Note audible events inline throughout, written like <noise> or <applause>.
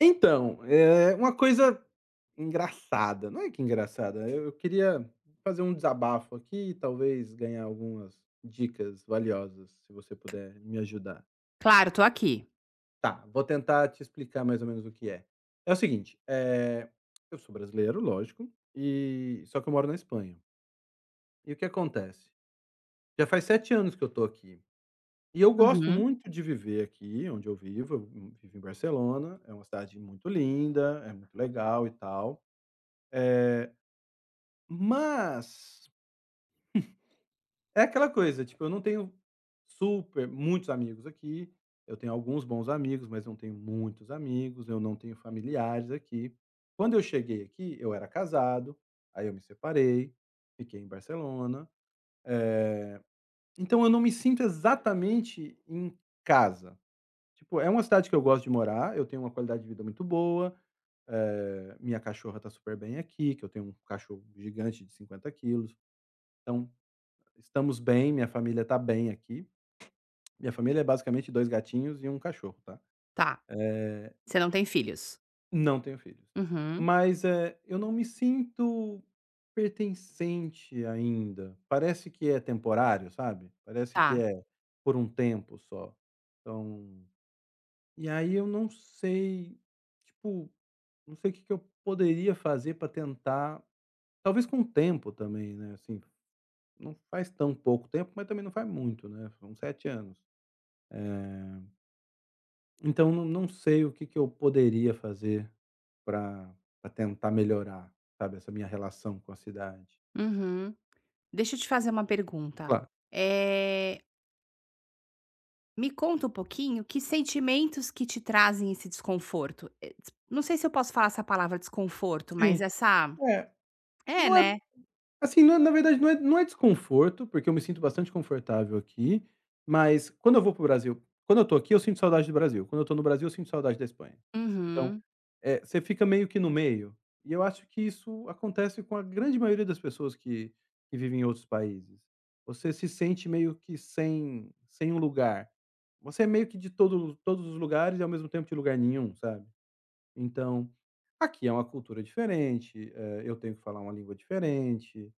Então, é uma coisa engraçada, não é que engraçada, eu queria fazer um desabafo aqui e talvez ganhar algumas dicas valiosas, se você puder me ajudar. Claro, tô aqui. Tá, vou tentar te explicar mais ou menos o que é. É o seguinte, eu sou brasileiro, lógico, e só que eu moro na Espanha. E o que acontece? Já faz 7 anos que eu tô aqui, e eu gosto Uhum. muito de viver aqui onde eu vivo em Barcelona, é uma cidade muito linda, é muito legal e tal. Eh Mas, é aquela coisa, tipo, eu não tenho super muitos amigos aqui, eu tenho alguns bons amigos, mas não tenho muitos amigos, eu não tenho familiares aqui. Quando eu cheguei aqui, eu era casado, aí eu me separei, fiquei em Barcelona. Eh, então eu não me sinto exatamente em casa. Tipo, é uma cidade que eu gosto de morar, eu tenho uma qualidade de vida muito boa. Minha cachorra tá super bem aqui, que eu tenho um cachorro gigante de 50 quilos. Então estamos bem, minha família está bem aqui. Minha família é basicamente 2 gatinhos e um cachorro, tá. Tá. Você não tem filhos? Não tenho filhos. Uhum. Mas eu não me sinto pertencente ainda. Parece que é temporário, sabe. Parece que Tá. é por um tempo só. Então e aí eu não sei, tipo, não sei o que que eu poderia fazer para tentar, talvez com o tempo também, né, assim, não faz tão pouco tempo, mas também não faz muito, né, são 7 anos. Eh Então não sei o que que eu poderia fazer para tentar melhorar, sabe, essa minha relação com a cidade. Uhum. Deixa eu te fazer uma pergunta. Claro. Eh, Me conta um pouquinho que sentimentos que te trazem esse desconforto. Des Não sei se eu posso falar essa palavra desconforto, mas Sim, essa é, é, não é né. assim, não é, na verdade não é, não é desconforto, porque eu me sinto bastante confortável aqui, mas quando eu vou para o Brasil, quando eu tô aqui eu sinto saudade do Brasil, quando eu tô no Brasil eu sinto saudade da Espanha. Então Uhum, é, você fica meio que no meio. E eu acho que isso acontece com a grande maioria das pessoas que vivem em outros países. Você se sente meio que sem um lugar. Você é meio que de todos os lugares e ao mesmo tempo de lugar nenhum, sabe. Então, aqui é uma cultura diferente. Eu tenho que falar uma língua diferente.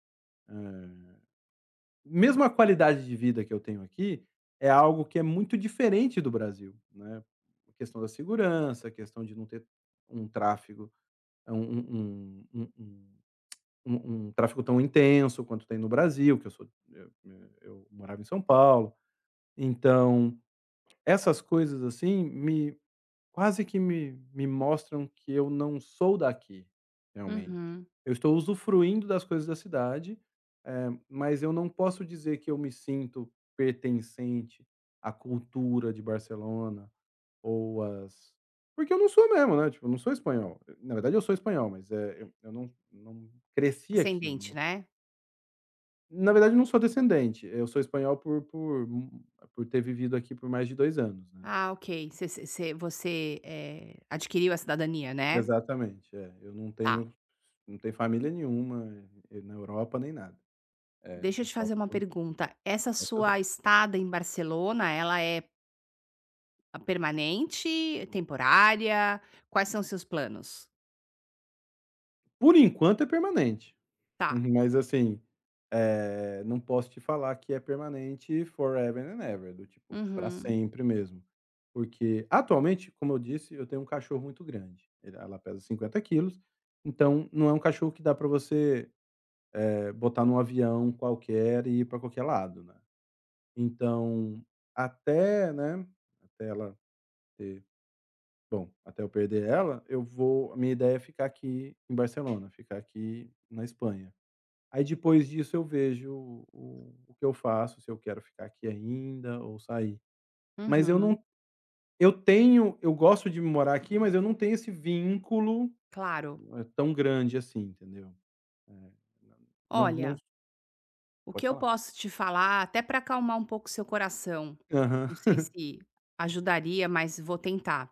Mesmo a qualidade de vida que eu tenho aqui é algo que é muito diferente do Brasil, né. A questão da segurança, a questão de não ter um tráfego, é um tráfego tão intenso quanto tem no Brasil. Que eu sou eu eh, Eu morava em São Paulo. Então, essas coisas, assim, me quase que me me mostram que eu não sou daqui, realmente. uhum. Eu estou usufruindo das coisas da cidade. Mas eu não posso dizer que eu me sinto pertencente à cultura de Barcelona, ou as porque eu não sou mesmo, né, tipo, eu não sou espanhol. Na verdade eu sou espanhol, mas eu não cresci aqui, Descendente, né. né. Na verdade eu não sou descendente, eu sou espanhol por por ter vivido aqui por mais de 2 anos, né. Ah, ok. Você, adquiriu a cidadania, né. Exatamente, é. Eu Tá. Não tenho família nenhuma. Na Europa nem nada. É, Deixa eu é te só fazer uma por pergunta. Essa sua estada em Barcelona, ela é a permanente, temporária, quais são seus planos? Enquanto é permanente. Tá. Uhum, mas assim, não posso te falar que é permanente forever and ever, do tipo, para Uhum, sempre mesmo. Porque atualmente, como eu disse, eu tenho um cachorro muito grande, ele ela pesa 50 quilos, então não é um cachorro que dá para você botar num avião qualquer e ir para qualquer lado, né. Então, até, né, até ela ter, bom, até eu perder ela, eu vou a minha ideia é ficar aqui em Barcelona, ficar aqui na Espanha. Aí depois disso eu vejo o que eu faço, se eu quero ficar aqui ainda ou sair. Mas eu uhum, não, eu tenho, eu gosto de morar aqui, mas eu não tenho esse vínculo claro. Tão grande assim, entendeu. Eh, não não Olha, o que Pode eu falar. posso te falar, até para acalmar um pouco seu coração, Aham. não sei <laughs> se ajudaria, mas vou tentar.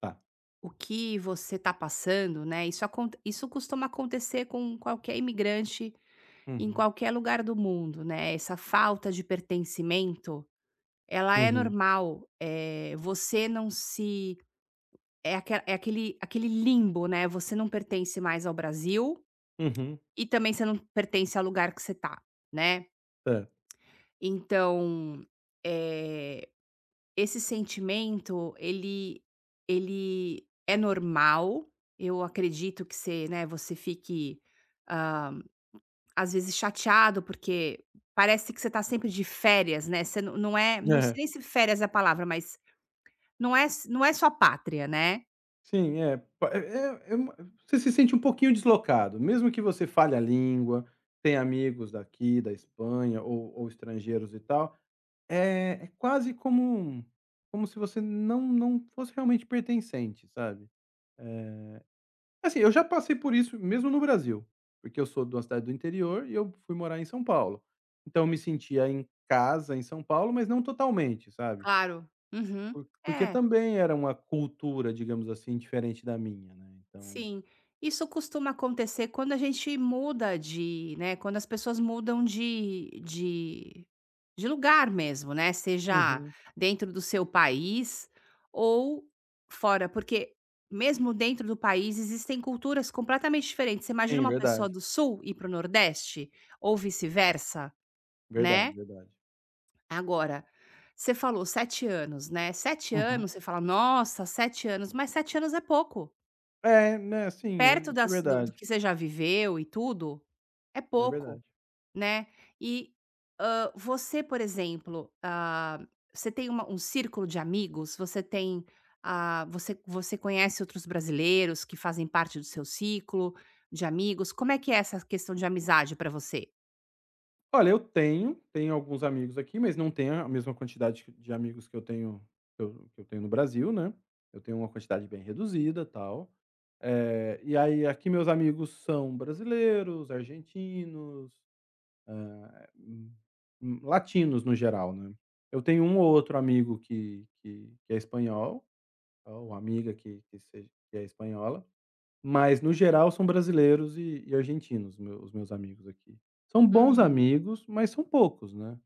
Tá. O que você está passando, né? Isso costuma acontecer com qualquer imigrante em Uhum. qualquer lugar do mundo, né? Essa falta de pertencimento, ela é Uhum. normal. Você não se é aque é aquele limbo, né, você não pertence mais ao Brasil Uhum. e também você não pertence ao lugar que você tá, né. Certo. Então, eh, esse sentimento ele é normal, eu acredito que você, né, você fique, hã, às vezes chateado, porque parece que você tá sempre de férias, né, você não é não sei É. nem se férias é a palavra, mas não é s não é sua pátria, né. Sim, é pa é é é uma você se sente um pouquinho deslocado, mesmo que você fale a língua, tenha amigos daqui da Espanha ou estrangeiros e tal. É quase como como se você não fosse realmente pertencente, sabe. Assim, eu já passei por isso mesmo no Brasil, porque eu sou de uma cidade do interior e eu fui morar em São Paulo. Então eu me sentia em casa em São Paulo, mas não totalmente, sabe. Claro. Uhum. Porque É. também era uma cultura, digamos assim, diferente da minha, né, então. Sim, isso costuma acontecer quando a gente muda de, né, quando as pessoas mudam de lugar mesmo, né, seja Uhum. dentro do seu país ou fora, porque mesmo dentro do país existem culturas completamente diferentes. Você imagina Sim, uma pessoa verdade. do sul ir para o nordeste ou vice-versa, Verdade, né. verdade. Agora, você falou 7 anos, né, Sete Uhum. anos, você fala: "Nossa, 7 anos", mas 7 anos é pouco. É, né, sim, é Perto isso, é das do verdade, que você já viveu e tudo, é é pouco, verdade. né. E, você, por exemplo, você tem uma um círculo de amigos? Você tem, você conhece outros brasileiros que fazem parte do seu ciclo de amigos? Como é que é essa questão de amizade para você? Olha, eu tenho, tenho alguns amigos aqui, mas não tenho a mesma quantidade de amigos que eu tenho, que eu tenho no Brasil, né? Eu tenho uma quantidade bem reduzida, tal. E aí aqui meus amigos são brasileiros, argentinos, ah, hum, latinos no geral, né? Eu tenho um ou outro amigo que é espanhol, ou amiga que é espanhola, mas no geral são brasileiros e argentinos, meu os meus amigos aqui. São bons Uhum, amigos, mas são poucos, né.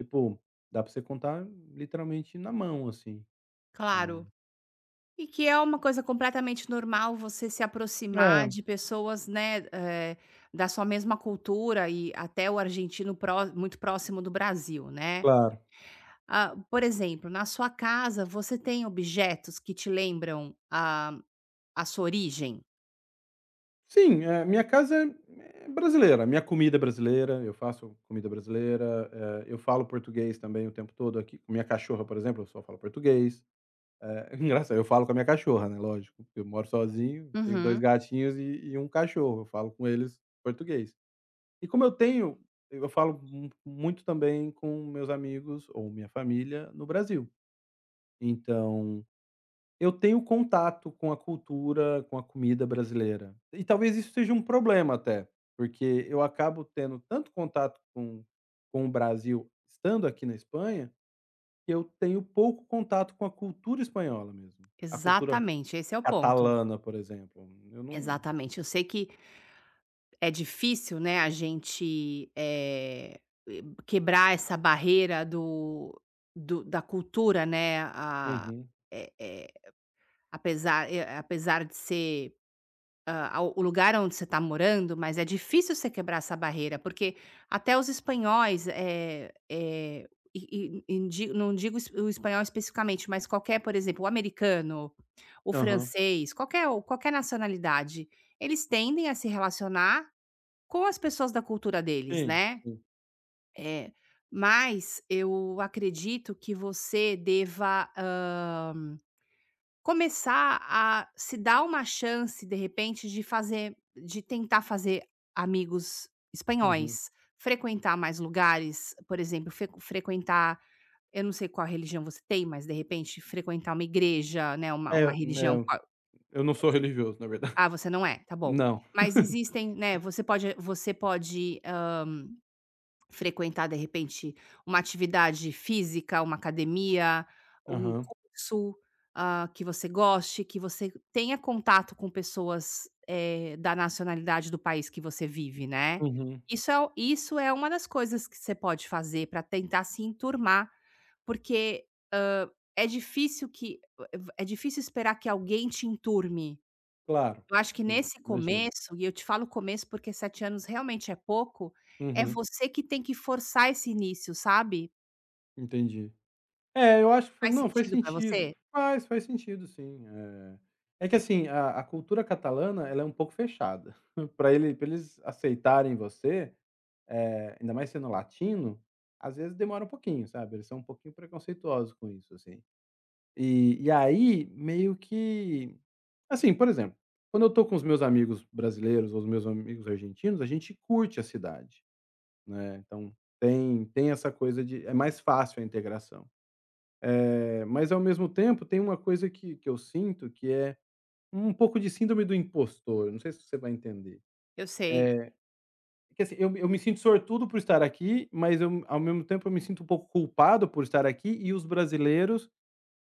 Tipo, dá pra você contar literalmente na mão, assim. É. claro. E que é uma coisa completamente normal você se aproximar É, de pessoas, né, da sua mesma cultura e até o argentino pró muito próximo do Brasil, né. claro. Ah, por exemplo, na sua casa você tem objetos que te lembram a sua origem? Sim, minha casa é brasileira, minha comida é brasileira, eu faço comida brasileira. Eu falo português também o tempo todo aqui. Com minha cachorra, por exemplo, eu só falo português. <laughs> Engraçado, eu falo com a minha cachorra, né, lógico, porque eu moro sozinho, tenho 2 Uhum, gatinhos e um cachorro, eu falo com eles português. E como eu tenho Eu falo mu muito também com meus amigos ou minha família no Brasil. Então, eu tenho contato com a cultura, com a comida brasileira. E talvez isso seja um problema até, porque eu acabo tendo tanto contato com o Brasil estando aqui na Espanha, que eu tenho pouco contato com a cultura espanhola mesmo. A cultura exatamente, esse é o ponto. catalana, por exemplo, eu não. Exatamente, eu sei que é difícil, né, a gente, quebrar essa barreira do da cultura, né, a Uhum. eh eh, apesar e apesar de ser, o lugar onde você está morando, mas é difícil você quebrar essa barreira, porque até os espanhóis, e di não digo es- o espanhol especificamente, mas qualquer, por exemplo, o americano, o Aham. francês, qualquer nacionalidade, eles tendem a se relacionar com as pessoas da cultura deles, Sim, né, sim. eh, mas eu acredito que você deva, começar a se dar uma chance, de repente, de fazer de tentar fazer amigos Uhum. espanhóis, frequentar mais lugares, por exemplo, frequ frequentar eu não sei qual religião você tem, mas, de repente, frequentar uma igreja, né, uma É, religião né, qual. eu não sou religioso, na verdade. Ah, você não é, tá bom. Não. Mas existem, né, você pode frequentar, de repente, uma atividade física, uma academia, um Aham. curso, ah, que você goste, que você tenha contato com pessoas, da nacionalidade do país que você vive, né. Uhum. Isso é uma das coisas que você pode fazer para tentar se enturmar, porque, hã, é difícil que é difícil esperar que alguém te enturme. Claro. Eu acho que Sim, nesse imagino. começo, e eu te falo começo porque 7 anos realmente é pouco, é Uhum. você que tem que forçar esse início, sabe. Entendi. É, eu acho que foi Faz não, faz sentido pra sentido. você? Faz, faz sentido sim. É que assim, a cultura catalana, ela é um pouco fechada. <laughs> Para ele pra eles aceitarem você, ainda mais sendo latino, às vezes demora um pouquinho, sabe. Eles são um pouquinho preconceituosos com isso, assim. E aí, meio que assim, por exemplo, quando eu tô com os meus amigos brasileiros ou os meus amigos argentinos, a gente curte a cidade. Né, então tem essa coisa de é mais fácil a integração. Mas ao mesmo tempo tem uma coisa que eu sinto que é um pouco de síndrome do impostor, não sei se você vai entender. Eu sei. Eh, que assim, eu me sinto sortudo por estar aqui, mas eu ao mesmo tempo eu me sinto um pouco culpado por estar aqui e os brasileiros,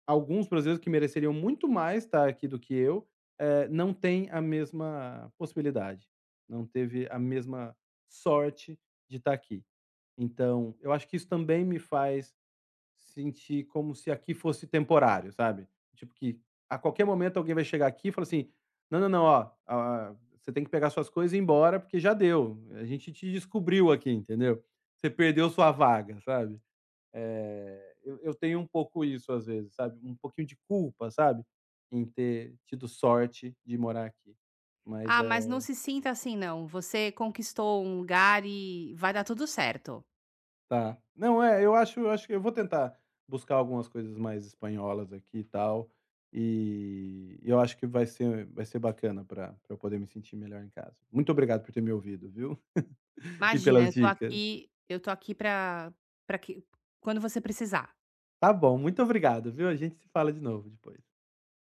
alguns brasileiros que mereceriam muito mais estar aqui do que eu, não têm a mesma possibilidade, não teve a mesma sorte de estar aqui. Então, eu acho que isso também me faz sentir como se aqui fosse temporário, sabe? Tipo que a qualquer momento alguém vai chegar aqui e falar assim: "Não, não, não, ó, ah, você tem que pegar suas coisas e ir embora porque já deu. A gente te descobriu aqui, entendeu? Você perdeu sua vaga", sabe? Eu tenho um pouco isso às vezes, sabe? Um pouquinho de culpa, sabe? Em ter tido sorte de morar aqui. Mas Ah, mas é. não se sinta assim não, você conquistou um lugar e vai dar tudo certo. Tá. Não, é, eu acho, eu acho que eu vou tentar buscar algumas coisas mais espanholas aqui e tal, e eu acho que vai ser, vai ser bacana para pra eu poder me sentir melhor em casa. Muito obrigado por ter me ouvido, viu, <laughs> e Imagina, pelas dicas. Eu tô aqui pra pra que quando você precisar. Tá bom, muito obrigado, viu, a gente se fala de novo depois.